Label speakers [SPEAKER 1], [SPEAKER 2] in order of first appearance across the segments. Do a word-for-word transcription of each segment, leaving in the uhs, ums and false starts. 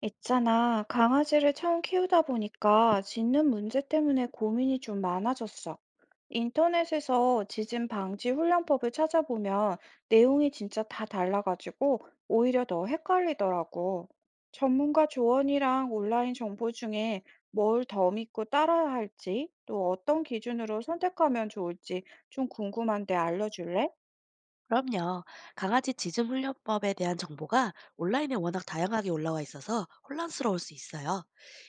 [SPEAKER 1] 있잖아, 강아지를 처음 키우다 보니까 짖는 문제 때문에 고민이 좀 많아졌어. 인터넷에서 짖음 방지 훈련법을 찾아보면 내용이 진짜 다 달라가지고 오히려 더 헷갈리더라고. 전문가 조언이랑 온라인 정보 중에 뭘 더 믿고 따라야 할지, 또 어떤 기준으로 선택하면 좋을지 좀 궁금한데 알려줄래?
[SPEAKER 2] 그럼요. 강아지 짖음 훈련법에 대한 정보가 온라인에 워낙 다양하게 올라와 있어서 혼란스러울 수 있어요.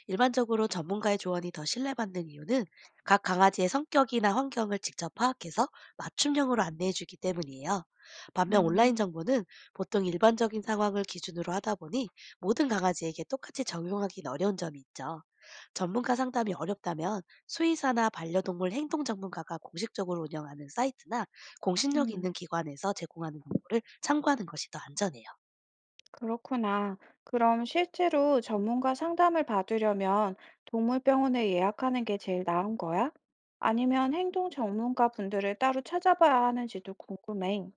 [SPEAKER 2] 일반적으로 전문가의 조언이 더 신뢰받는 이유는 각 강아지의 성격이나 환경을 직접 파악해서 맞춤형으로 안내해주기 때문이에요. 반면 온라인
[SPEAKER 1] 음,
[SPEAKER 2] 정보는 보통 일반적인 상황을 기준으로 하다 보니 모든 강아지에게 똑같이 적용하기는 어려운 점이 있죠. 전문가 상담이 어렵다면 수의사나 반려동물 행동 전문가가 공식적으로 운영하는 사이트나 공신력
[SPEAKER 1] 음.
[SPEAKER 2] 있는 기관에서 제공하는 정보를 참고하는 것이 더 안전해요.
[SPEAKER 1] 그렇구나. 그럼 실제로 전문가 상담을 받으려면 동물병원에 예약하는 게 제일 나은 거야? 아니면 행동 전문가 분들을 따로 찾아봐야 하는지도 궁금해.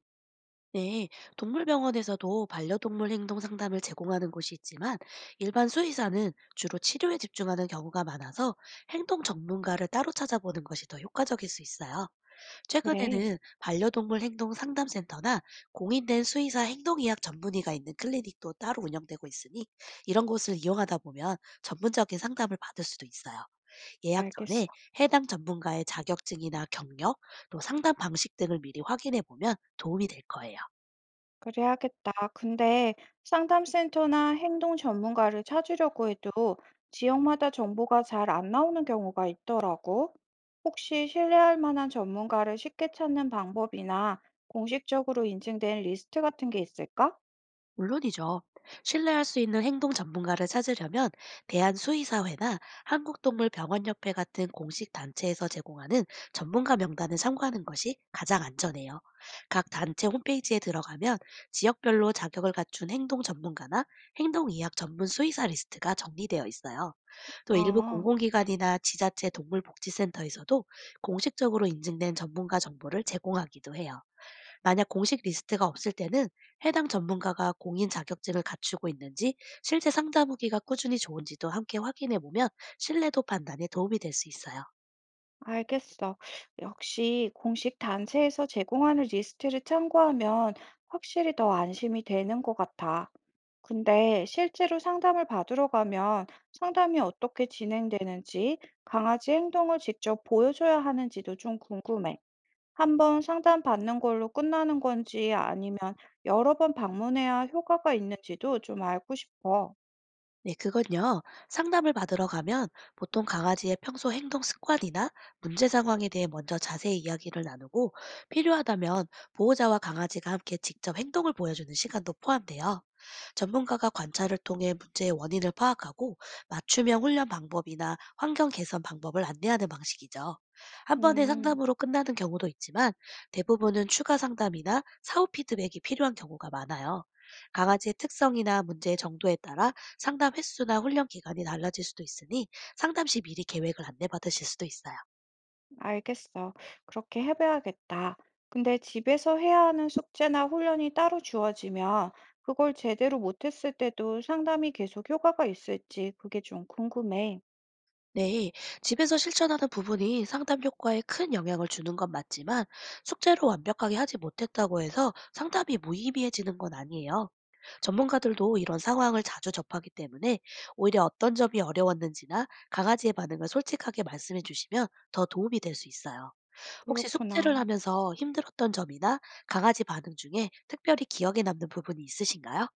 [SPEAKER 2] 네, 동물병원에서도 반려동물 행동 상담을 제공하는 곳이 있지만 일반 수의사는 주로 치료에 집중하는 경우가 많아서 행동 전문가를 따로 찾아보는 것이 더 효과적일 수 있어요.
[SPEAKER 1] 그래,
[SPEAKER 2] 최근에는 반려동물 행동 상담센터나 공인된 수의사 행동의학 전문의가 있는 클리닉도 따로 운영되고 있으니, 이런 곳을 이용하다 보면 전문적인 상담을 받을 수도 있어요. 예약 전에
[SPEAKER 1] 알겠어.
[SPEAKER 2] 해당 전문가의 자격증이나 경력, 또 상담 방식 등을 미리 확인해 보면 도움이 될 거예요.
[SPEAKER 1] 그래야겠다. 근데 상담센터나 행동 전문가를 찾으려고 해도 지역마다 정보가 잘 안 나오는 경우가 있더라고. 혹시 신뢰할 만한 전문가를 쉽게 찾는 방법이나 공식적으로 인증된 리스트 같은 게 있을까?
[SPEAKER 2] 물론이죠. 신뢰할 수 있는 행동 전문가를 찾으려면 대한수의사회나 한국동물병원협회 같은 공식 단체에서 제공하는 전문가 명단을 참고하는 것이 가장 안전해요. 각 단체 홈페이지에 들어가면 지역별로 자격을 갖춘 행동 전문가나 행동의학 전문 수의사 리스트가 정리되어 있어요. 또 일부
[SPEAKER 1] 아.
[SPEAKER 2] 공공기관이나 지자체 동물복지센터에서도 공식적으로 인증된 전문가 정보를 제공하기도 해요. 만약 공식 리스트가 없을 때는 해당 전문가가 공인 자격증을 갖추고 있는지, 실제 상담 후기가 꾸준히 좋은지도 함께 확인해 보면 신뢰도 판단에 도움이 될 수 있어요.
[SPEAKER 1] 알겠어. 역시 공식 단체에서 제공하는 리스트를 참고하면 확실히 더 안심이 되는 것 같아. 근데 실제로 상담을 받으러 가면 상담이 어떻게 진행되는지, 강아지 행동을 직접 보여줘야 하는지도 좀 궁금해. 한번 상담 받는 걸로 끝나는 건지 아니면 여러 번 방문해야 효과가 있는지도 좀 알고 싶어.
[SPEAKER 2] 네, 그건요. 상담을 받으러 가면 보통 강아지의 평소 행동 습관이나 문제 상황에 대해 먼저 자세히 이야기를 나누고, 필요하다면 보호자와 강아지가 함께 직접 행동을 보여주는 시간도 포함돼요. 전문가가 관찰을 통해 문제의 원인을 파악하고 맞춤형 훈련 방법이나 환경 개선 방법을 안내하는 방식이죠. 한 번의
[SPEAKER 1] 음.
[SPEAKER 2] 상담으로 끝나는 경우도 있지만, 대부분은 추가 상담이나 사후 피드백이 필요한 경우가 많아요. 강아지의 특성이나 문제의 정도에 따라 상담 횟수나 훈련 기간이 달라질 수도 있으니, 상담 시 미리 계획을 안내받으실 수도 있어요.
[SPEAKER 1] 알겠어. 그렇게 해봐야겠다. 근데 집에서 해야 하는 숙제나 훈련이 따로 주어지면 그걸 제대로 못했을 때도 상담이 계속 효과가 있을지 그게 좀 궁금해.
[SPEAKER 2] 네, 집에서 실천하는 부분이 상담 효과에 큰 영향을 주는 건 맞지만, 숙제로 완벽하게 하지 못했다고 해서 상담이 무의미해지는 건 아니에요. 전문가들도 이런 상황을 자주 접하기 때문에, 오히려 어떤 점이 어려웠는지나 강아지의 반응을 솔직하게 말씀해 주시면 더 도움이 될 수 있어요. 혹시 숙제를
[SPEAKER 1] 그렇구나.
[SPEAKER 2] 하면서 힘들었던 점이나 강아지 반응 중에 특별히 기억에 남는 부분이 있으신가요?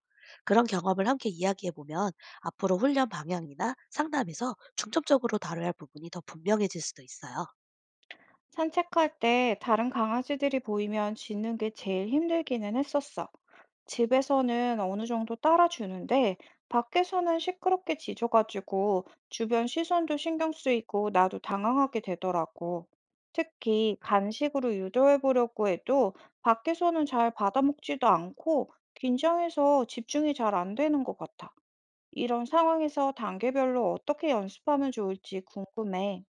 [SPEAKER 2] 그런 경험을 함께 이야기해 보면 앞으로 훈련 방향이나 상담에서 중점적으로 다뤄야 할 부분이 더 분명해질 수도 있어요.
[SPEAKER 1] 산책할 때 다른 강아지들이 보이면 짖는 게 제일 힘들기는 했었어. 집에서는 어느 정도 따라주는데, 밖에서는 시끄럽게 짖어가지고 주변 시선도 신경 쓰이고 나도 당황하게 되더라고. 특히 간식으로 유도해 보려고 해도 밖에서는 잘 받아먹지도 않고 긴장해서 집중이 잘 안 되는 것 같아. 이런 상황에서 단계별로 어떻게 연습하면 좋을지 궁금해.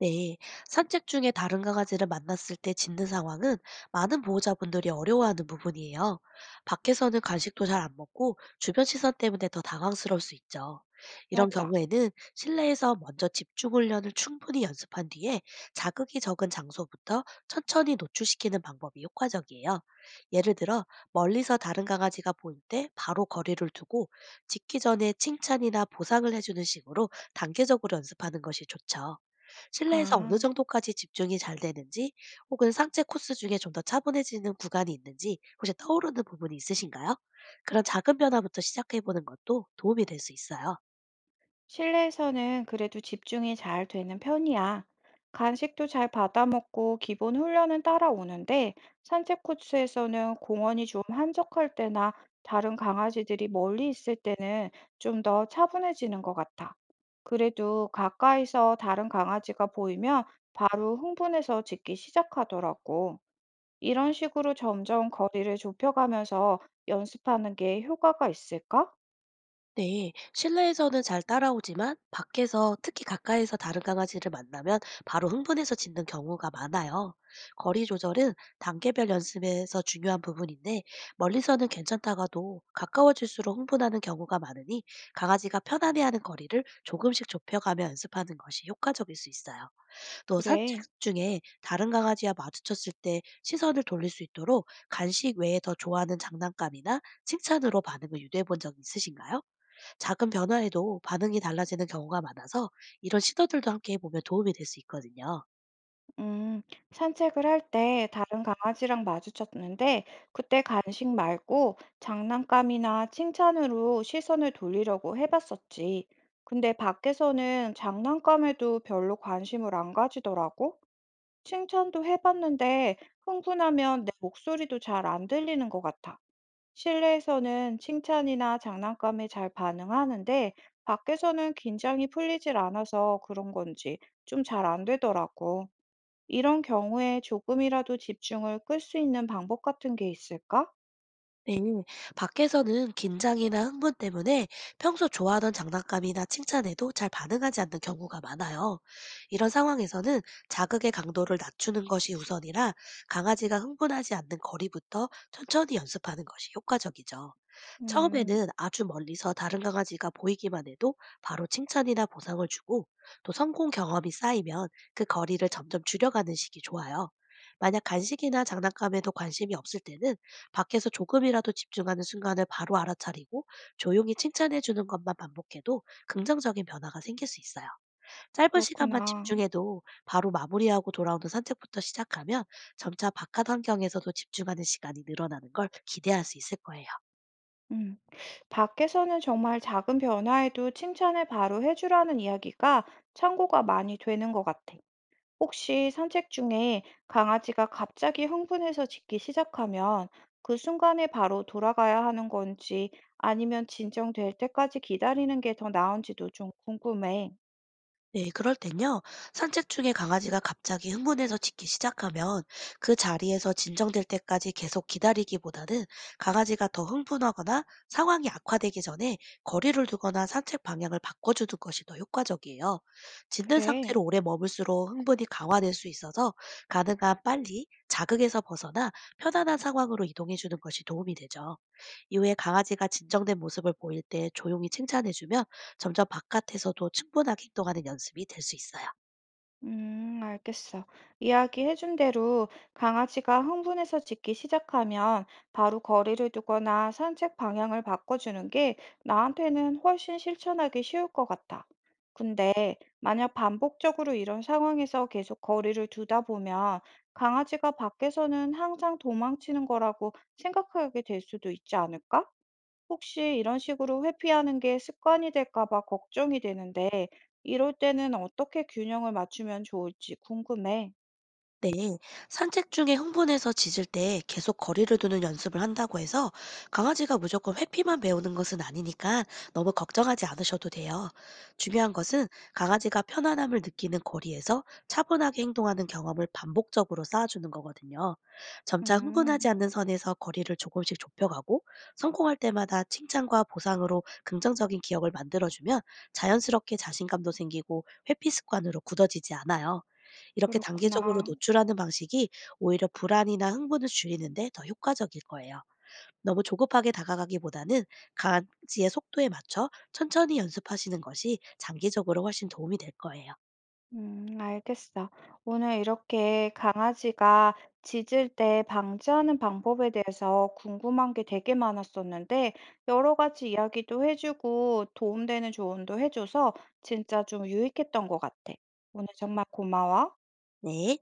[SPEAKER 2] 네, 산책 중에 다른 강아지를 만났을 때 짖는 상황은 많은 보호자분들이 어려워하는 부분이에요. 밖에서는 간식도 잘 안 먹고 주변 시선 때문에 더 당황스러울 수 있죠. 이런
[SPEAKER 1] 맞아.
[SPEAKER 2] 경우에는 실내에서 먼저 집중 훈련을 충분히 연습한 뒤에, 자극이 적은 장소부터 천천히 노출시키는 방법이 효과적이에요. 예를 들어, 멀리서 다른 강아지가 보일 때 바로 거리를 두고 짖기 전에 칭찬이나 보상을 해주는 식으로 단계적으로 연습하는 것이 좋죠. 실내에서 어느
[SPEAKER 1] 아.
[SPEAKER 2] 정도까지 집중이 잘 되는지, 혹은 산책 코스 중에 좀 더 차분해지는 구간이 있는지 혹시 떠오르는 부분이 있으신가요? 그런 작은 변화부터 시작해 보는 것도 도움이 될 수 있어요.
[SPEAKER 1] 실내에서는 그래도 집중이 잘 되는 편이야. 간식도 잘 받아 먹고 기본 훈련은 따라오는데 산책 코스에서는 공원이 좀 한적할 때나 다른 강아지들이 멀리 있을 때는 좀 더 차분해지는 것 같아. 그래도 가까이서 다른 강아지가 보이면 바로 흥분해서 짖기 시작하더라고. 이런 식으로 점점 거리를 좁혀가면서 연습하는 게 효과가 있을까?
[SPEAKER 2] 네, 실내에서는 잘 따라오지만 밖에서 특히 가까이서 다른 강아지를 만나면 바로 흥분해서 짖는 경우가 많아요. 거리 조절은 단계별 연습에서 중요한 부분인데, 멀리서는 괜찮다가도 가까워질수록 흥분하는 경우가 많으니 강아지가 편안해하는 거리를 조금씩 좁혀가며 연습하는 것이 효과적일 수 있어요. 또 산책
[SPEAKER 1] 그래.
[SPEAKER 2] 중에 다른 강아지와 마주쳤을 때 시선을 돌릴 수 있도록 간식 외에 더 좋아하는 장난감이나 칭찬으로 반응을 유도해 본 적 있으신가요? 작은 변화에도 반응이 달라지는 경우가 많아서, 이런 시도들도 함께 해보면 도움이 될 수 있거든요.
[SPEAKER 1] 음, 산책을 할 때 다른 강아지랑 마주쳤는데 그때 간식 말고 장난감이나 칭찬으로 시선을 돌리려고 해봤었지. 근데 밖에서는 장난감에도 별로 관심을 안 가지더라고. 칭찬도 해봤는데 흥분하면 내 목소리도 잘 안 들리는 것 같아. 실내에서는 칭찬이나 장난감에 잘 반응하는데 밖에서는 긴장이 풀리질 않아서 그런 건지 좀 잘 안 되더라고. 이런 경우에 조금이라도 집중을 끌 수 있는 방법 같은 게 있을까?
[SPEAKER 2] 네, 밖에서는 긴장이나 흥분 때문에 평소 좋아하던 장난감이나 칭찬에도 잘 반응하지 않는 경우가 많아요. 이런 상황에서는 자극의 강도를 낮추는 것이 우선이라, 강아지가 흥분하지 않는 거리부터 천천히 연습하는 것이 효과적이죠.
[SPEAKER 1] 음,
[SPEAKER 2] 처음에는 아주 멀리서 다른 강아지가 보이기만 해도 바로 칭찬이나 보상을 주고, 또 성공 경험이 쌓이면 그 거리를 점점 줄여가는 식이 좋아요. 만약 간식이나 장난감에도 관심이 없을 때는 밖에서 조금이라도 집중하는 순간을 바로 알아차리고 조용히 칭찬해 주는 것만 반복해도 긍정적인 변화가 생길 수 있어요. 짧은 시간만
[SPEAKER 1] 그렇구나.
[SPEAKER 2] 집중해도 바로 마무리하고 돌아오는 산책부터 시작하면 점차 바깥 환경에서도 집중하는 시간이 늘어나는 걸 기대할 수 있을 거예요.
[SPEAKER 1] 음. 밖에서는 정말 작은 변화에도 칭찬을 바로 해주라는 이야기가 참고가 많이 되는 것 같아. 혹시 산책 중에 강아지가 갑자기 흥분해서 짖기 시작하면 그 순간에 바로 돌아가야 하는 건지 아니면 진정될 때까지 기다리는 게 더 나은지도 좀 궁금해.
[SPEAKER 2] 네, 그럴 땐요. 산책 중에 강아지가 갑자기 흥분해서 짖기 시작하면 그 자리에서 진정될 때까지 계속 기다리기보다는, 강아지가 더 흥분하거나 상황이 악화되기 전에 거리를 두거나 산책 방향을 바꿔주는 것이 더 효과적이에요. 짖는
[SPEAKER 1] 그래.
[SPEAKER 2] 상태로 오래 머물수록 흥분이 강화될 수 있어서, 가능한 빨리 자극에서 벗어나 편안한 상황으로 이동해주는 것이 도움이 되죠. 이후에 강아지가 진정된 모습을 보일 때 조용히 칭찬해주면 점점 바깥에서도 충분하게 행동하는 연습이 될 수 있어요.
[SPEAKER 1] 음, 알겠어. 이야기해준 대로 강아지가 흥분해서 짖기 시작하면 바로 거리를 두거나 산책 방향을 바꿔주는 게 나한테는 훨씬 실천하기 쉬울 것 같아. 근데 만약 반복적으로 이런 상황에서 계속 거리를 두다 보면 강아지가 밖에서는 항상 도망치는 거라고 생각하게 될 수도 있지 않을까? 혹시 이런 식으로 회피하는 게 습관이 될까 봐 걱정이 되는데, 이럴 때는 어떻게 균형을 맞추면 좋을지 궁금해.
[SPEAKER 2] 네, 산책 중에 흥분해서 짖을 때 계속 거리를 두는 연습을 한다고 해서 강아지가 무조건 회피만 배우는 것은 아니니까, 너무 걱정하지 않으셔도 돼요. 중요한 것은 강아지가 편안함을 느끼는 거리에서 차분하게 행동하는 경험을 반복적으로 쌓아주는 거거든요. 점차 흥분하지
[SPEAKER 1] 음,
[SPEAKER 2] 않는 선에서 거리를 조금씩 좁혀가고, 성공할 때마다 칭찬과 보상으로 긍정적인 기억을 만들어주면 자연스럽게 자신감도 생기고 회피 습관으로 굳어지지 않아요. 이렇게 단계적으로
[SPEAKER 1] 그렇구나.
[SPEAKER 2] 노출하는 방식이 오히려 불안이나 흥분을 줄이는데 더 효과적일 거예요. 너무 조급하게 다가가기보다는 강아지의 속도에 맞춰 천천히 연습하시는 것이 장기적으로 훨씬 도움이 될 거예요.
[SPEAKER 1] 음, 알겠어. 오늘 이렇게 강아지가 짖을 때 방지하는 방법에 대해서 궁금한 게 되게 많았었는데, 여러 가지 이야기도 해주고 도움되는 조언도 해줘서 진짜 좀 유익했던 것 같아. 오늘 정말 고마워.
[SPEAKER 2] 네.